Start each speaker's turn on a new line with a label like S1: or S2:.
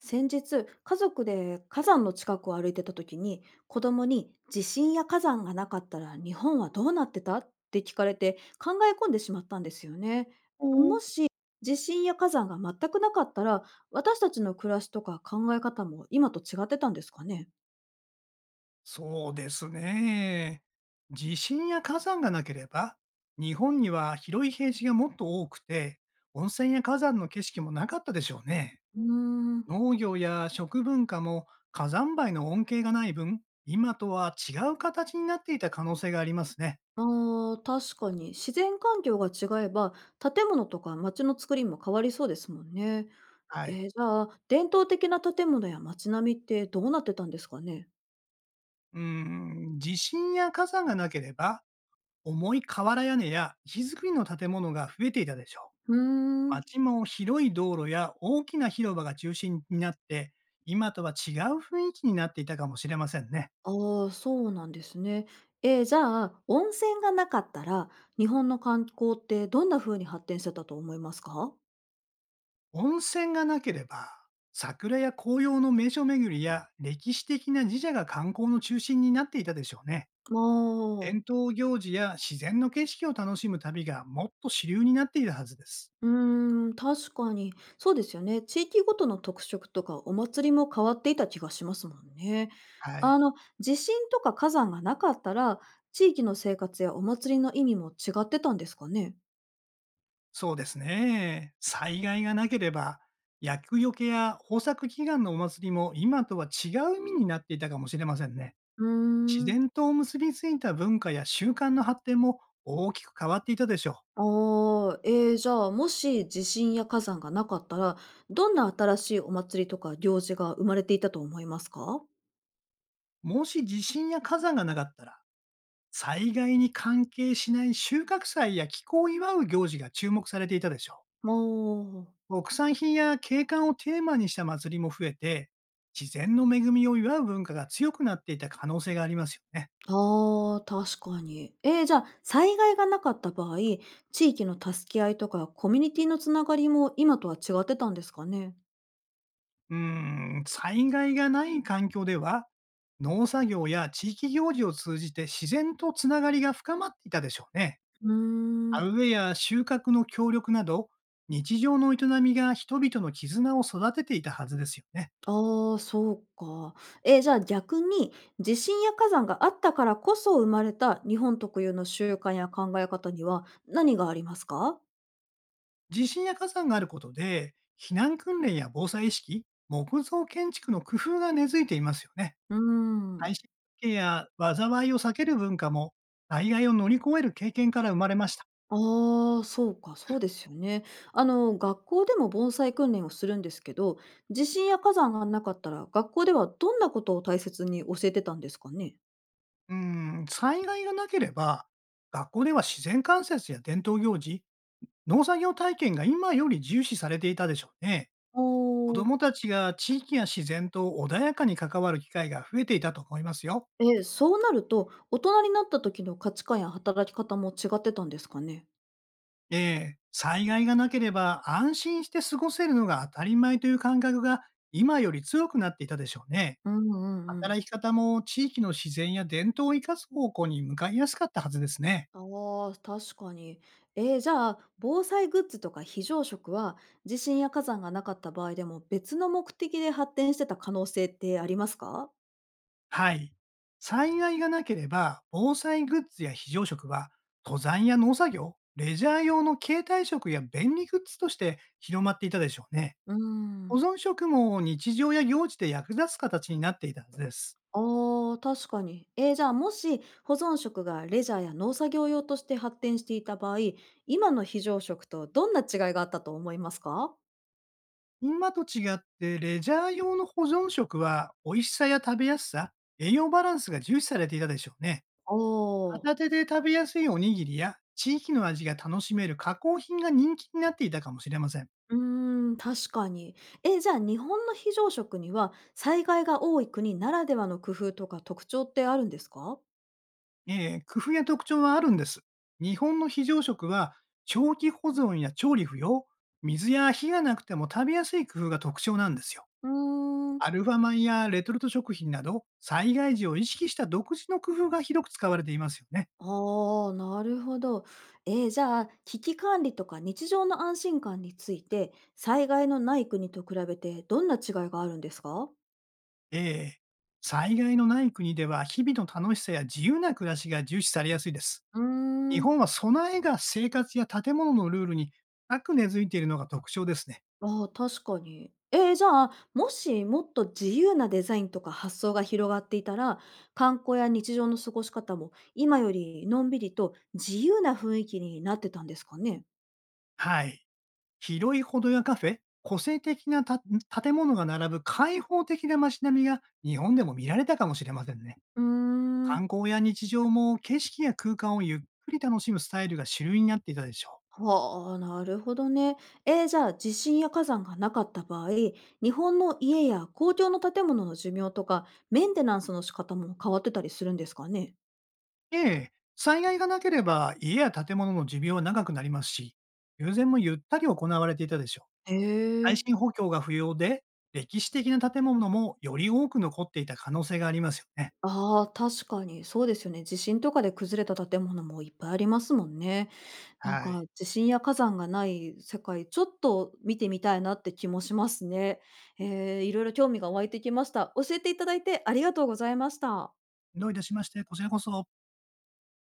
S1: 先日家族で火山の近くを歩いてた時に、子供に地震や火山がなかったら日本はどうなってたって聞かれて、考え込んでしまったんですよね。
S2: お
S1: も
S2: ー、
S1: し地震や火山が全くなかったら、私たちの暮らしとか考え方も今と違ってたんですかね。
S2: そうですね。地震や火山がなければ、日本には広い平地がもっと多くて、温泉や火山の景色もなかったでしょうね。
S1: うーん、
S2: 農業や食文化も火山灰の恩恵がない分、今とは違う形になっていた可能性がありますね。
S1: あー確かに自然環境が違えば建物とか街の作りも変わりそうですもんね。
S2: はい。
S1: じゃあ伝統的な建物や街並みってどうなってたんですかね。
S2: うーん、地震や火山がなければ、重い瓦屋根や石造りの建物が増えていたでしょ
S1: うー
S2: う。
S1: ん。
S2: 街も広い道路や大きな広場が中心になって、今とは違う雰囲気になっていたかもしれませんね。
S1: ああ、そうなんですね。じゃあ、温泉がなかったら、日本の観光ってどんな風に発展してたと思いますか。
S2: 温泉がなければ、桜や紅葉の名所巡りや歴史的な神社が観光の中心になっていたでしょうね。
S1: ま
S2: 伝
S1: あ、
S2: 統行事や自然の景色を楽しむ旅がもっと主流になっているはずです。
S1: うーん、確かに。そうですよね。地域ごとの特色とかお祭りも変わっていた気がしますもんね。
S2: は
S1: あ
S2: い。
S1: の、地震とか火山がなかったら、地域の生活やお祭りの意味も違ってたんですかね。
S2: そうですね。災害がなければ、厄除けや豊作祈願のお祭りも今とは違う意味になっていたかもしれませんね。
S1: う
S2: 自
S1: ーん。
S2: 然と結びついた文化や習慣の発展も大きく変わっていたでしょ
S1: ああ、じゃあ、もし地震や火山がなかったら、どんな新しいお祭りとか行事が生まれていたと思いますか？
S2: う。もし地震や火山がなかったら、災害に関係しない収穫祭や気候を祝う行事が注目されていたでしょ
S1: もう。
S2: う。国産品や景観をテーマにした祭りも増えて、自然の恵みを祝う文化が強くなっていた可能性がありますよね。
S1: ああ、確かに。じゃあ、災害がなかった場合、地域の助け合いとかコミュニティのつながりも今とは違ってたんですかね？
S2: うーん、災害がない環境では、農作業や地域行事を通じて自然とつながりが深まっていたでしょうね。
S1: うー
S2: 田
S1: ん。
S2: 植えや収穫の協力など、日常の営みが人々の絆を育てていたはずですよね。
S1: ああ、そうか。ええ、じゃあ逆に、地震や火山があったからこそ生まれた日本特有の習慣や考え方には何がありますか？
S2: 地震や火山があることで、避難訓練や防災意識、木造建築の工夫が根付いていますよね。
S1: うー
S2: 耐
S1: ん。
S2: 震設計や災いを避ける文化も、災害を乗り越える経験から生まれました。
S1: ああ、そうか、そうですよね。学校でも盆栽訓練をするんですけど、地震や火山がなかったら、学校ではどんなことを大切に教えてたんですかね？
S2: うん、災害がなければ、学校では自然観察や伝統行事、農作業体験が今より重視されていたでしょうね。
S1: お
S2: 子ど
S1: お。
S2: もたちが地域や自然と穏やかに関わる機会が増えていたと思いますよ。
S1: え、そうなると、大人になった時の価値観や働き方も違ってたんですかね？
S2: ええ、災害がなければ安心して過ごせるのが当たり前という感覚が今より強くなっていたでしょうね。
S1: うんうんう
S2: 働
S1: ん。
S2: き方も地域の自然や伝統を生かす方向に向かいやすかったはずですね。
S1: ああ、確かに。じゃあ、防災グッズとか非常食は、地震や火山がなかった場合でも、別の目的で発展してた可能性ってありますか？
S2: はい。災害がなければ防災グッズや非常食は登山や農作業、レジャー用の携帯食や便利グッズとして広まっていたでしょうね。
S1: うー
S2: 保
S1: ん。
S2: 存食も日常や行事で役立つ形になっていたはずです。
S1: ああ、確かに。じゃあもし保存食がレジャーや農作業用として発展していた場合、今の非常食とどんな違いがあったと思いますか。
S2: 今と違って、レジャー用の保存食は、美味しさや食べやすさ、栄養バランスが重視されていたでしょうね。
S1: おー。
S2: 片手で食べやすいおにぎりや、地域の味が楽しめる加工品が人気になっていたかもしれません。
S1: うーん、確かに。じゃあ日本の非常食には災害が多い国ならではの工夫とか特徴ってあるんですか。
S2: 工夫や特徴はあるんです。日本の非常食は、長期保存や調理不要、水や火がなくても食べやすい工夫が特徴なんですよ。
S1: うーん。
S2: アルファ米やレトルト食品など、災害時を意識した独自の工夫が広く使われていますよね。
S1: ああ、なるほど。じゃあ危機管理とか日常の安心感について災害のない国と比べてどんな違いがあるんですか。
S2: ええ、災害のない国では、日々の楽しさや自由な暮らしが重視されやすいです。
S1: うー
S2: 日
S1: ん。
S2: 本は備えが生活や建物のルールに深く根付いているのが特徴ですね。
S1: ああ、確かに。じゃあ、もしもっと自由なデザインとか発想が広がっていたら、観光や日常の過ごし方も今よりのんびりと自由な雰囲気になってたんですかね？
S2: はい。広い歩道やカフェ、個性的な建物が並ぶ開放的な街並みが日本でも見られたかもしれませんね。
S1: うーん。
S2: 観光や日常も景色や空間をゆっくり楽しむスタイルが主流になっていたでしょう。
S1: はあ、なるほどね。じゃあ、地震や火山がなかった場合、日本の家や公共の建物の寿命とか、メンテナンスの仕方も変わってたりするんですかね？
S2: ええ、災害がなければ家や建物の寿命は長くなりますし、修繕もゆったり行われていたでしょう。
S1: へ
S2: 耐
S1: え。
S2: 震補強が不要で、歴史的な建物もより多く残っていた可能性がありますよね。
S1: ああ、確かにそうですよね。地震とかで崩れた建物もいっぱいありますもんね。なん
S2: は
S1: か
S2: い。
S1: 地震や火山がない世界、ちょっと見てみたいなって気もしますね。いろいろ興味が湧いてきました。教えていただいてありがとうございました。
S2: どういたしまして、こちらこそ。